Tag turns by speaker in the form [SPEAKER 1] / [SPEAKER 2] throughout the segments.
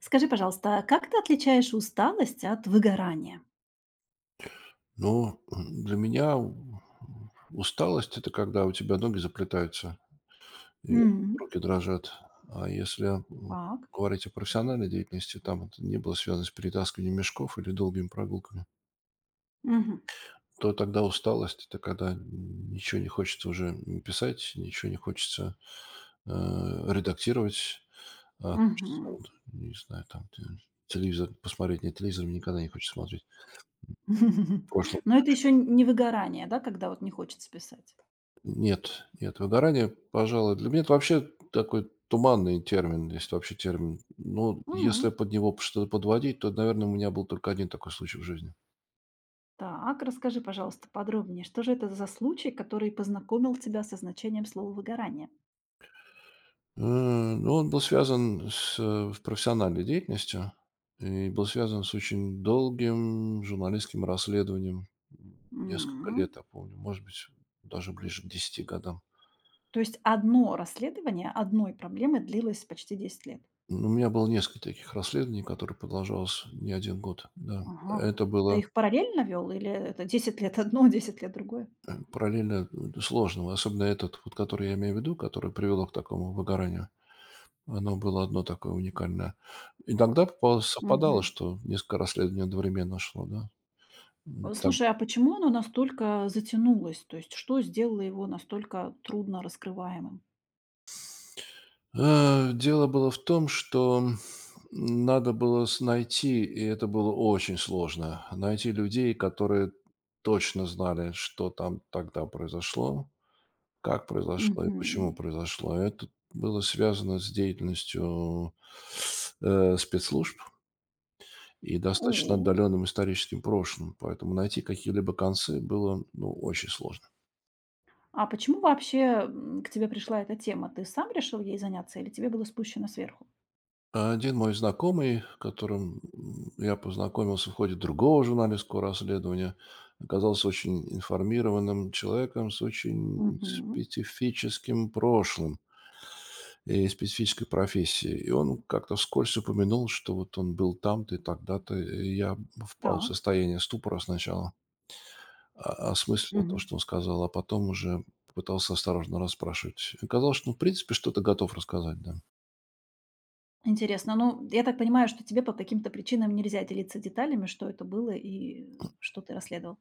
[SPEAKER 1] Скажи, пожалуйста, а как ты отличаешь усталость от выгорания?
[SPEAKER 2] Но для меня усталость– это когда у тебя ноги заплетаются и
[SPEAKER 1] М,
[SPEAKER 2] руки дрожат. А если
[SPEAKER 1] так.
[SPEAKER 2] говорить о профессиональной деятельности, там это не было связано с перетаскиванием мешков или долгими прогулками,
[SPEAKER 1] Мгм.
[SPEAKER 2] то тогда усталость– это когда ничего не хочется уже писать, ничего не хочется э, редактировать, а хочется,
[SPEAKER 1] Мгм.
[SPEAKER 2] вот, не знаю, там телевизор посмотреть. Нет, телевизор мне никогда не хочется смотреть. В прошлом.
[SPEAKER 1] Но это еще не выгорание, да, когда вот не хочется писать?
[SPEAKER 2] Нет, нет, выгорание, пожалуй, для меня это вообще такой туманный термин, если вообще термин. Ну, если
[SPEAKER 1] М,
[SPEAKER 2] под него что-то подводить, то, наверное, у меня был только один такой случай в жизни.
[SPEAKER 1] так, расскажи, пожалуйста, подробнее, что же это за случай, который познакомил тебя со значением слова «выгорание»?
[SPEAKER 2] Ну, он был связан с профессиональной деятельностью и был связан с очень долгим журналистским расследованием. Несколько
[SPEAKER 1] М,
[SPEAKER 2] лет, я помню, может быть, даже ближе к 10 годам.
[SPEAKER 1] то есть одно расследование одной проблемы длилось почти 10 лет.
[SPEAKER 2] У меня было несколько таких расследований, которые продолжалось не один год, да.
[SPEAKER 1] Ага.
[SPEAKER 2] Это
[SPEAKER 1] Ты
[SPEAKER 2] было
[SPEAKER 1] их параллельно вел или это 10 лет одно, 10 лет другое?
[SPEAKER 2] параллельно сложного. Особенно этот, вот, который я имею в виду, который привело к такому выгоранию, оно было одно такое уникальное. Иногда совпадало,
[SPEAKER 1] Мгм.
[SPEAKER 2] что несколько расследований одновременно шло, да. Так.
[SPEAKER 1] Слушай, а почему оно настолько затянулось? То есть что сделало его настолько трудно раскрываемым?
[SPEAKER 2] Дело было в том, что надо было найти, и это было очень сложно, найти людей, которые точно знали, что там тогда произошло, как произошло и
[SPEAKER 1] Мгм.
[SPEAKER 2] почему произошло? Это было связано с деятельностью, э, спецслужб и достаточно
[SPEAKER 1] У.
[SPEAKER 2] отдаленным историческим прошлым, поэтому найти какие-либо концы было, ну, очень сложно.
[SPEAKER 1] А почему вообще, к тебе пришла эта тема? Ты сам решил ей заняться или тебе было спущено сверху?
[SPEAKER 2] Один мой знакомый, которым, я познакомился в ходе другого журналистского расследования, оказался очень информированным человеком с очень
[SPEAKER 1] Мгм.
[SPEAKER 2] специфическим прошлым и специфической профессии. И он как-то вскользь упомянул, что вот он был там-то и тогда-то. И я впал в
[SPEAKER 1] Так.
[SPEAKER 2] состояние ступора сначала, осмыслил то,
[SPEAKER 1] Мгм.
[SPEAKER 2] что он сказал, а потом уже пытался осторожно расспрашивать. Оказалось, что, ну, в принципе, что-то готов рассказать, да.
[SPEAKER 1] Интересно. Ну, я так понимаю, что тебе по каким-то причинам нельзя делиться деталями, что это было и что ты расследовал.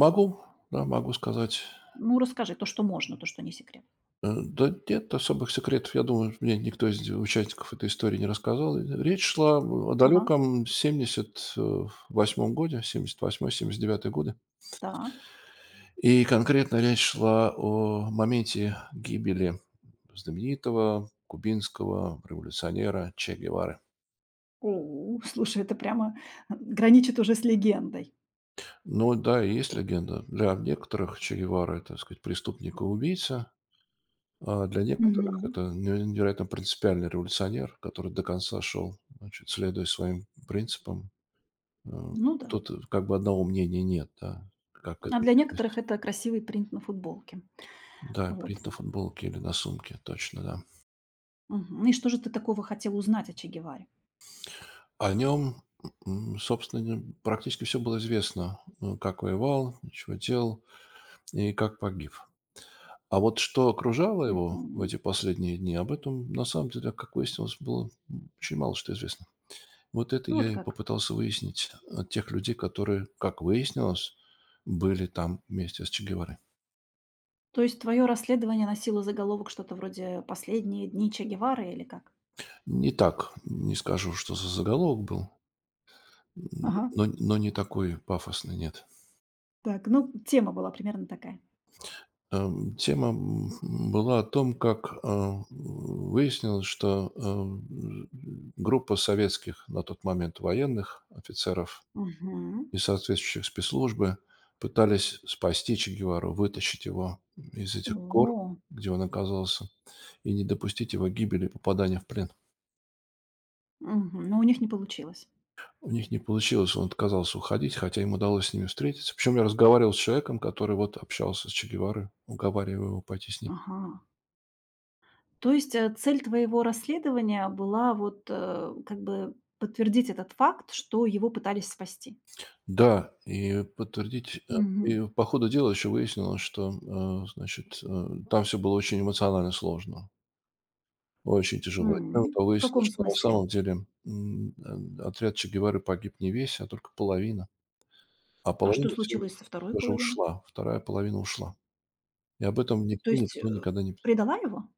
[SPEAKER 2] Могу, да, могу сказать.
[SPEAKER 1] Ну, расскажи то, что можно, то, что не секрет.
[SPEAKER 2] Да нет особых секретов. Я думаю, мне никто из участников этой истории не рассказал. И речь шла о
[SPEAKER 1] Ага.
[SPEAKER 2] далеком 78-м годе, 78-79 годы.
[SPEAKER 1] Так.
[SPEAKER 2] И конкретно речь шла о моменте гибели знаменитого кубинского революционера Че Гевары.
[SPEAKER 1] О, слушай, это прямо граничит уже с легендой.
[SPEAKER 2] Ну да, и есть легенда. Для некоторых Че Гевара– это, так сказать, преступник и убийца, а для некоторых–
[SPEAKER 1] Мгм.
[SPEAKER 2] это невероятно принципиальный революционер, который до конца шел, значит, следуя своим принципам. Э,
[SPEAKER 1] Ну да.
[SPEAKER 2] Тут как бы одного мнения нет, да, как к
[SPEAKER 1] А
[SPEAKER 2] этому
[SPEAKER 1] для некоторых
[SPEAKER 2] относиться.
[SPEAKER 1] это красивый принт на футболке.
[SPEAKER 2] Да,
[SPEAKER 1] Вот.
[SPEAKER 2] принт на футболке или на сумке, точно, да.
[SPEAKER 1] Мгм. И что же ты такого хотела узнать о Че Геваре?
[SPEAKER 2] О нем, собственно, практически все было известно. Ну, как воевал, чего делал и как погиб. А вот что окружало его в
[SPEAKER 1] Мгм.
[SPEAKER 2] эти последние дни, об этом, на самом деле, как выяснилось, было очень мало что известно. Вот это я
[SPEAKER 1] Вот
[SPEAKER 2] и
[SPEAKER 1] как.
[SPEAKER 2] попытался выяснить от тех людей, которые, как выяснилось, были там вместе с Че Геварой.
[SPEAKER 1] То есть твое расследование носило заголовок что-то вроде «Последние дни Че Гевары» или как?
[SPEAKER 2] Не так, не скажу, что за заголовок был,
[SPEAKER 1] Ага.
[SPEAKER 2] но не такой пафосный, нет.
[SPEAKER 1] Так, ну, тема была примерно такая.
[SPEAKER 2] Тема была о том, как выяснилось, что группа советских на тот момент военных офицеров
[SPEAKER 1] Угу.
[SPEAKER 2] и соответствующих спецслужбы пытались спасти Че Гевару, вытащить его из этих гор,
[SPEAKER 1] О,
[SPEAKER 2] где он оказался, и не допустить его гибели и попадания в плен.
[SPEAKER 1] мгм. Но у них не получилось.
[SPEAKER 2] У них не получилось, он отказался уходить, хотя им удалось с ними встретиться. Причем я разговаривал с человеком, который вот общался с Че Геварой, уговаривая его пойти с ним.
[SPEAKER 1] Ага. То есть цель твоего расследования была вот как бы подтвердить этот факт, что его пытались спасти?
[SPEAKER 2] Да, и подтвердить,
[SPEAKER 1] Мгм.
[SPEAKER 2] и по ходу дела еще выяснилось, что, значит, там все было очень эмоционально сложно, очень тяжело. И кроме
[SPEAKER 1] М.
[SPEAKER 2] того,
[SPEAKER 1] В каком
[SPEAKER 2] выяснилось, что на
[SPEAKER 1] смысле?
[SPEAKER 2] самом деле, отряд Че Гевары погиб не весь, а только половина. А
[SPEAKER 1] А что
[SPEAKER 2] половина все
[SPEAKER 1] случилось со второй
[SPEAKER 2] всё же
[SPEAKER 1] половиной?
[SPEAKER 2] ушла, вторая половина ушла. И об этом
[SPEAKER 1] То
[SPEAKER 2] нигде
[SPEAKER 1] есть,
[SPEAKER 2] никто никогда не пис.
[SPEAKER 1] предала его?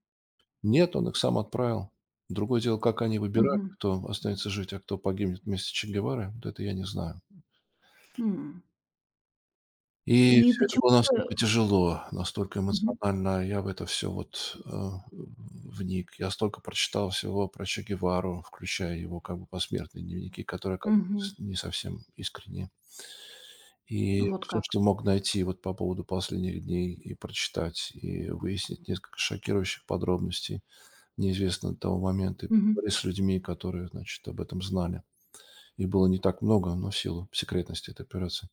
[SPEAKER 2] Нет, он их сам отправил. Другое дело, как они выбирали,
[SPEAKER 1] Мгм.
[SPEAKER 2] кто останется жить, а кто погибнет вместе с Че Гевары, вот это я не знаю.
[SPEAKER 1] М.
[SPEAKER 2] И
[SPEAKER 1] И
[SPEAKER 2] все это
[SPEAKER 1] почему
[SPEAKER 2] было
[SPEAKER 1] же?
[SPEAKER 2] настолько тяжело, настолько
[SPEAKER 1] Мгм.
[SPEAKER 2] эмоционально я в это все вот, вник. Я столько прочитал всего про Че Гевару, включая его как бы посмертные дневники, которые оказались
[SPEAKER 1] Мгм.
[SPEAKER 2] не совсем искренние. И
[SPEAKER 1] Вот
[SPEAKER 2] все, что
[SPEAKER 1] как.
[SPEAKER 2] мог найти вот по поводу последних дней и прочитать, и выяснить несколько шокирующих подробностей, неизвестно до того момента, и
[SPEAKER 1] Мгм.
[SPEAKER 2] поговорить с людьми, которые, значит, об этом знали. И было не так много, но в силу секретности этой операции.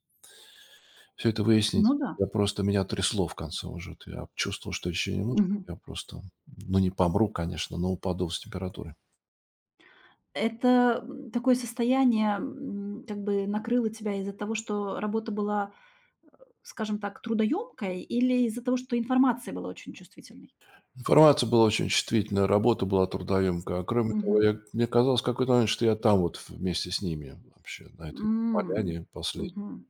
[SPEAKER 2] Все это выяснить,
[SPEAKER 1] Ну да.
[SPEAKER 2] я просто меня трясло в конце уже. Вот я чувствовал, что еще немножко,
[SPEAKER 1] Мгм.
[SPEAKER 2] я просто, ну, не помру, конечно, но упаду с температуры.
[SPEAKER 1] Это, такое состояние, как бы накрыло тебя из-за того, что работа была, скажем так, трудоемкой, или из-за того, что информация была очень чувствительной?
[SPEAKER 2] Информация была очень чувствительная, работа была трудоемкая. А кроме того,
[SPEAKER 1] Мгм.
[SPEAKER 2] я мне казалось в какой-то момент, что я там вот вместе с ними вообще, на этой
[SPEAKER 1] М.
[SPEAKER 2] поляне последней,
[SPEAKER 1] Мгм.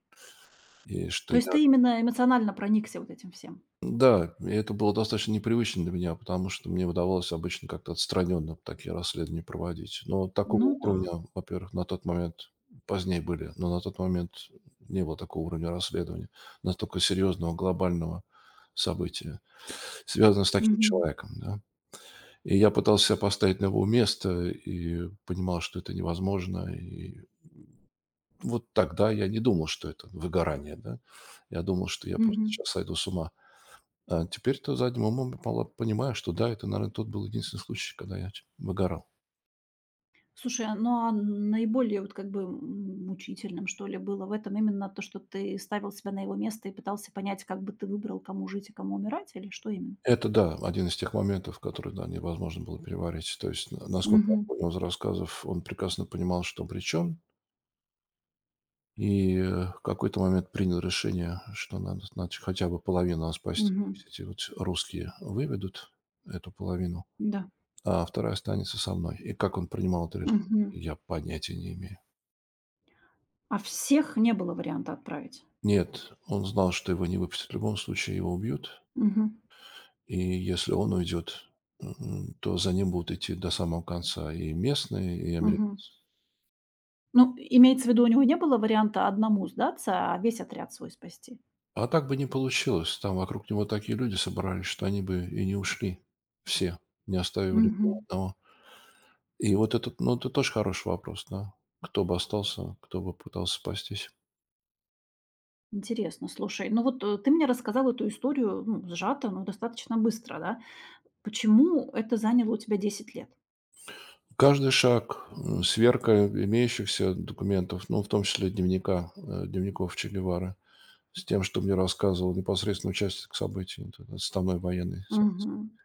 [SPEAKER 2] и что
[SPEAKER 1] То есть
[SPEAKER 2] я.
[SPEAKER 1] ты именно эмоционально проникся вот этим всем?
[SPEAKER 2] Да, и это было достаточно непривычно для меня, потому что мне удавалось обычно как-то отстраненно такие расследования проводить. Но такого
[SPEAKER 1] Ну да.
[SPEAKER 2] уровня, во-первых, на тот момент, позднее были, но на тот момент не было такого уровня расследования, настолько серьезного глобального события, связанного с таким
[SPEAKER 1] Мгм.
[SPEAKER 2] человеком, да. И я пытался себя поставить на его место и понимал, что это невозможно. И вот тогда я не думал, что это выгорание, да. Я думал, что я просто
[SPEAKER 1] Мгм.
[SPEAKER 2] сейчас сойду с ума. А теперь-то задним умом пола понимаю, что да, это, наверное, тот был единственный случай, когда я ч выгорал.
[SPEAKER 1] Слушай, а, ну, а наиболее вот как бы мучительным, что ли, было в этом именно то, что ты ставил себя на его место и пытался понять, как бы ты выбрал, кому жить и кому умирать, или что именно?
[SPEAKER 2] Это да, один из тех моментов, который, да, невозможно было переварить. То есть, на насколько я
[SPEAKER 1] Мгм.
[SPEAKER 2] понял из рассказов, он прекрасно понимал, что причем, и, в какой-то момент принял решение, что надо, значит, хотя бы половину надо спасти.
[SPEAKER 1] Мгм.
[SPEAKER 2] Пусть эти вот русские выведут эту половину,
[SPEAKER 1] Да.
[SPEAKER 2] а вторая останется со мной. И как он принимал это решение,
[SPEAKER 1] Мгм.
[SPEAKER 2] я понятия не имею.
[SPEAKER 1] А всех не было варианта отправить?
[SPEAKER 2] Нет, он знал, что его не выпустят в любом случае, его убьют.
[SPEAKER 1] Мгм.
[SPEAKER 2] И если он уйдет, то за ним будут идти до самого конца и местные, и
[SPEAKER 1] Мгм.
[SPEAKER 2] американцы.
[SPEAKER 1] Ну, имеется в виду, у него не было варианта одному сдаться, а весь отряд свой спасти?
[SPEAKER 2] А так бы не получилось. Там вокруг него такие люди собрались, что они бы и не ушли все, не оставив никого
[SPEAKER 1] Мгм.
[SPEAKER 2] одного. И вот этот, ну, это тоже хороший вопрос, да. Кто бы остался, кто бы пытался спастись.
[SPEAKER 1] Интересно, слушай, ну вот ты мне рассказал эту историю, ну, сжато, но достаточно быстро, да? Почему это заняло у тебя 10 лет?
[SPEAKER 2] Каждый шаг, сверка имеющихся документов, ну, в том числе дневников Че Гевары, с тем, что мне рассказывал непосредственно участник событий, вот этот отставной военный советский.
[SPEAKER 1] Мгм.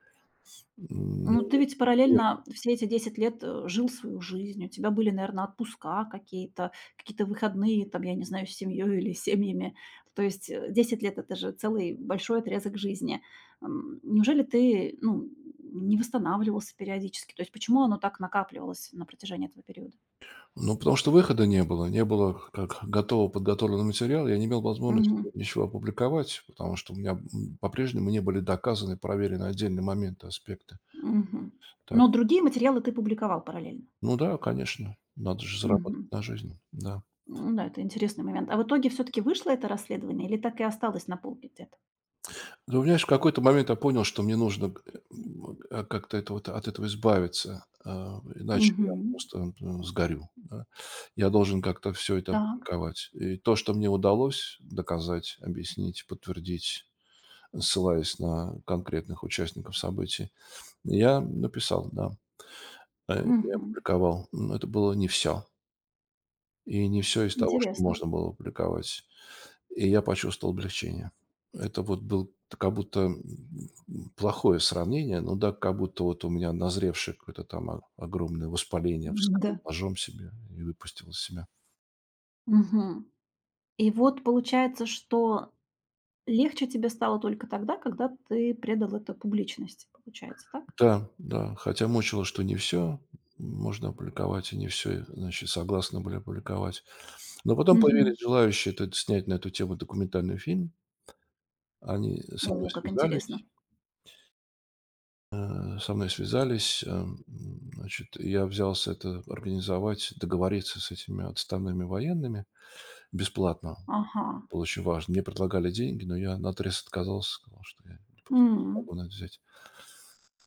[SPEAKER 1] Ну, ты ведь
[SPEAKER 2] Нет.
[SPEAKER 1] параллельно все эти 10 лет, жил свою жизнь. У тебя были, наверное, отпуска какие-то, какие-то выходные, там, я не знаю, с семьей или с семьями. То есть, 10 лет — это же целый большой отрезок жизни. М, неужели ты, ну, не восстанавливался периодически? То есть почему оно так накапливалось на протяжении этого периода?
[SPEAKER 2] Ну, потому что выхода не было. Не было как готового подготовленного материала. Я не имел возможности
[SPEAKER 1] Мгм,
[SPEAKER 2] ничего опубликовать, потому что у меня, по-прежнему не были доказаны, проверены отдельные моменты, аспекты.
[SPEAKER 1] мгм.
[SPEAKER 2] Так,
[SPEAKER 1] Но другие материалы ты публиковал параллельно?
[SPEAKER 2] ну да, конечно, надо же зарабатывать
[SPEAKER 1] Мгм.
[SPEAKER 2] на жизнь, да.
[SPEAKER 1] Ну да, это интересный момент. А в итоге все таки вышло это расследование или так и осталось на полке где-то?
[SPEAKER 2] Ты знаешь, в какой-то момент я понял, что мне нужно, как-то это вот от этого избавиться, иначе я
[SPEAKER 1] Мгм.
[SPEAKER 2] просто, сгорю, да. Я должен как-то все это
[SPEAKER 1] Так.
[SPEAKER 2] опубликовать. И то, что мне удалось доказать, объяснить, подтвердить, ссылаясь на конкретных участников событий. Я написал, да, и
[SPEAKER 1] Мгм.
[SPEAKER 2] опубликовал. Но это было не все. И не все из того, что
[SPEAKER 1] Интересно.
[SPEAKER 2] можно было опубликовать. И я почувствовал облегчение. Это вот был как будто, плохое сравнение, но да, как будто вот у меня назревшее какое-то там о огромное воспаление вскрыл
[SPEAKER 1] Да.
[SPEAKER 2] ножом себе и выпустил из себя.
[SPEAKER 1] Мгм. И вот получается, что легче тебе стало только тогда, когда ты предал это публичности, получается, так?
[SPEAKER 2] Да, да, хотя мучило, что не все можно опубликовать, и не все, значит, согласны были опубликовать. Но потом
[SPEAKER 1] Мгм.
[SPEAKER 2] появились желающие это снять на эту тему документальный фильм. Они со
[SPEAKER 1] О,
[SPEAKER 2] мной
[SPEAKER 1] как интересно.
[SPEAKER 2] связались. Значит, я взялся это организовать, договориться с этими отставными военными бесплатно.
[SPEAKER 1] Ага.
[SPEAKER 2] Было очень важно. Мне предлагали деньги, но я наотрез отказался, сказал, что я не
[SPEAKER 1] М.
[SPEAKER 2] могу на это взять.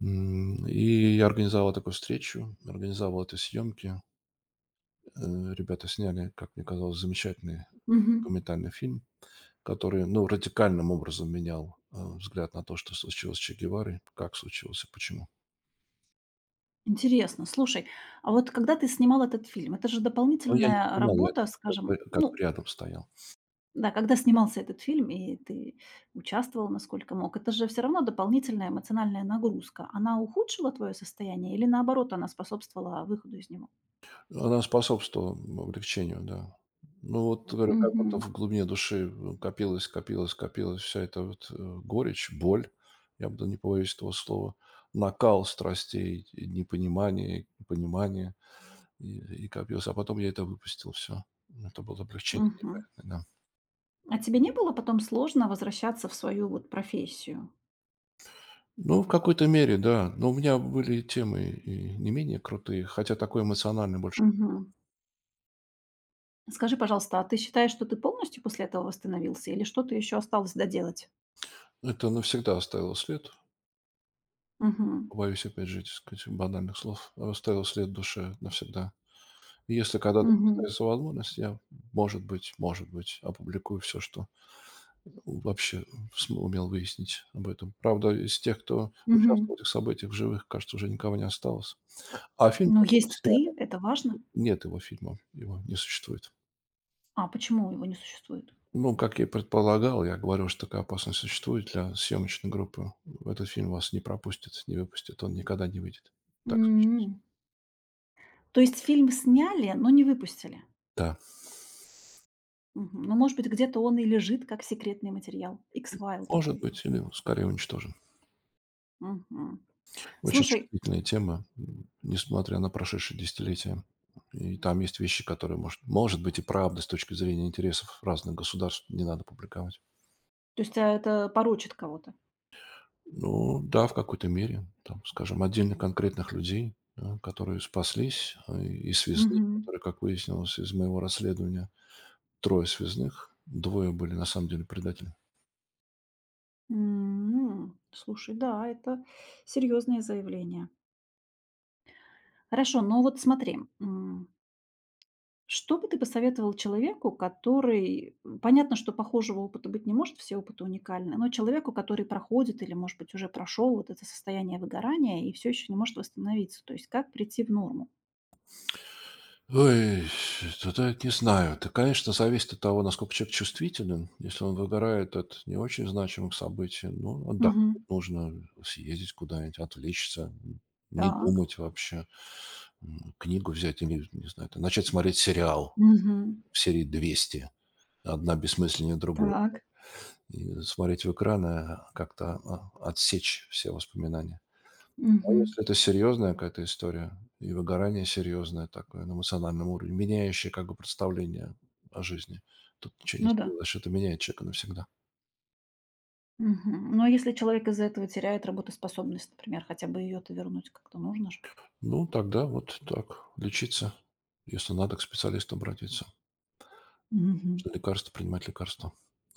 [SPEAKER 2] И я организовал такую встречу, организовал эти съемки. Ребята сняли, как мне казалось, замечательный
[SPEAKER 1] Мгм.
[SPEAKER 2] документальный фильм. Который, ну, радикальным образом менял, взгляд на то, что случилось с Че Геварой, как случилось и почему.
[SPEAKER 1] Интересно. Слушай, а вот когда ты снимал этот фильм, это же
[SPEAKER 2] Но я не
[SPEAKER 1] дополнительная
[SPEAKER 2] снимал, я
[SPEAKER 1] работа,
[SPEAKER 2] только как бы
[SPEAKER 1] скажем,
[SPEAKER 2] как бы
[SPEAKER 1] ну,
[SPEAKER 2] рядом стоял.
[SPEAKER 1] да, когда снимался этот фильм, и ты участвовал, насколько мог, это же все равно дополнительная эмоциональная нагрузка. Она ухудшила твое состояние или, наоборот, она способствовала выходу из него?
[SPEAKER 2] Она способствовала, облегчению, да. Ну, вот говорю, как будто
[SPEAKER 1] Мгм,
[SPEAKER 2] в глубине души, копилось, копилось, копилось вся эта вот, горечь, боль, я бы да не побоюсь этого слова, накал страстей, и непонимание, и понимание, и копилось. А потом я это выпустил все. Это было облегчение
[SPEAKER 1] мгм.
[SPEAKER 2] невероятное, да.
[SPEAKER 1] А тебе не было потом сложно возвращаться в свою вот профессию?
[SPEAKER 2] Ну, в какой-то мере, да. Но у меня были темы и не менее крутые, хотя такой эмоциональный больше.
[SPEAKER 1] Мгм. Скажи, пожалуйста, а ты считаешь, что ты полностью после этого восстановился или что-то еще осталось доделать?
[SPEAKER 2] Это навсегда оставило след.
[SPEAKER 1] Мгм,
[SPEAKER 2] Боюсь, опять же, так сказать, банальных слов. Оставило след в душе навсегда. И если когда-то
[SPEAKER 1] мгм,
[SPEAKER 2] остается возможность, я, может быть, опубликую все, что вообще умел выяснить об этом. Правда, из тех, кто
[SPEAKER 1] мгм.
[SPEAKER 2] участвовал в этих событиях в живых, кажется, уже никого не осталось. А фильм,
[SPEAKER 1] Но
[SPEAKER 2] который
[SPEAKER 1] есть
[SPEAKER 2] сняли,
[SPEAKER 1] ты, это важно.
[SPEAKER 2] нет его фильма, его не существует.
[SPEAKER 1] А почему его не существует?
[SPEAKER 2] Ну, как я и предполагал, я говорил, что такая опасность существует для съемочной группы. Этот фильм вас не пропустит, не выпустит, он никогда не выйдет. Так случилось.
[SPEAKER 1] М. То есть фильм сняли, но не выпустили.
[SPEAKER 2] Да,
[SPEAKER 1] Мгм. Ну, может быть, где-то он и лежит как секретный материал. X файл
[SPEAKER 2] может
[SPEAKER 1] такой.
[SPEAKER 2] быть, или скорее уничтожен.
[SPEAKER 1] Мгм.
[SPEAKER 2] Очень
[SPEAKER 1] Слушай,
[SPEAKER 2] чувствительная тема, несмотря на прошедшие десятилетия. И там есть вещи, которые, может быть, и правда с точки зрения интересов разных государств не надо публиковать.
[SPEAKER 1] то есть, а, это порочит кого-то?
[SPEAKER 2] Ну да, в какой-то мере, там, скажем, отдельно конкретных людей, да, которые спаслись и связны,
[SPEAKER 1] Мгм.
[SPEAKER 2] которые, как выяснилось из моего расследования, трое связных, двое были на самом деле предатели.
[SPEAKER 1] М. Слушай, да, это серьёзное заявление. Хорошо, но вот смотри, что бы ты посоветовал человеку, который понятно, что похожего опыта быть не может, все опыты уникальны, но человеку, который проходит или, может быть, уже прошел вот это состояние выгорания и все еще не может восстановиться, то есть как прийти в норму?
[SPEAKER 2] Ой, туда не знаю. Это, конечно, зависит от того, насколько человек чувствителен. Если он выгорает от не очень значимых событий, ну, отдохнуть
[SPEAKER 1] Мгм.
[SPEAKER 2] нужно, съездить куда-нибудь, отвлечься, не
[SPEAKER 1] Так.
[SPEAKER 2] думать вообще, книгу взять или, не знаю, там, начать смотреть сериал
[SPEAKER 1] Мгм.
[SPEAKER 2] в серии 200, одна бессмысленнее другой.
[SPEAKER 1] Так.
[SPEAKER 2] И смотреть в экран, как-то отсечь все воспоминания. А
[SPEAKER 1] Мгм.
[SPEAKER 2] если это серьезная какая-то история и выгорание серьезное такое на эмоциональном уровне, меняющее как бы представление о жизни, тут ничего не
[SPEAKER 1] Ну да.
[SPEAKER 2] сделаешь, это меняет человека навсегда.
[SPEAKER 1] Мгм. Но если человек из-за этого теряет работоспособность, например, хотя бы ее-то вернуть как-то нужно же.
[SPEAKER 2] Ну, тогда вот так, лечиться, если надо, к специалисту обратиться,
[SPEAKER 1] Мгм.
[SPEAKER 2] что лекарства принимать лекарства.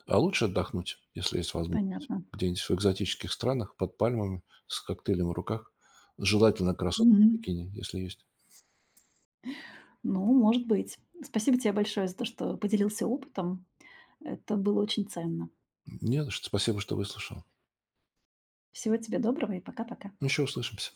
[SPEAKER 2] А лучше отдохнуть, если есть возможность,
[SPEAKER 1] Понятно.
[SPEAKER 2] где-нибудь в экзотических странах под пальмами с коктейлем в руках, желательно красотка в
[SPEAKER 1] Мгм.
[SPEAKER 2] бикини, если есть.
[SPEAKER 1] Ну, может быть. Спасибо тебе большое за то, что поделился опытом. Это было очень ценно.
[SPEAKER 2] Нет, спасибо, что выслушал.
[SPEAKER 1] Всего тебе доброго и пока-пока.
[SPEAKER 2] Еще услышимся.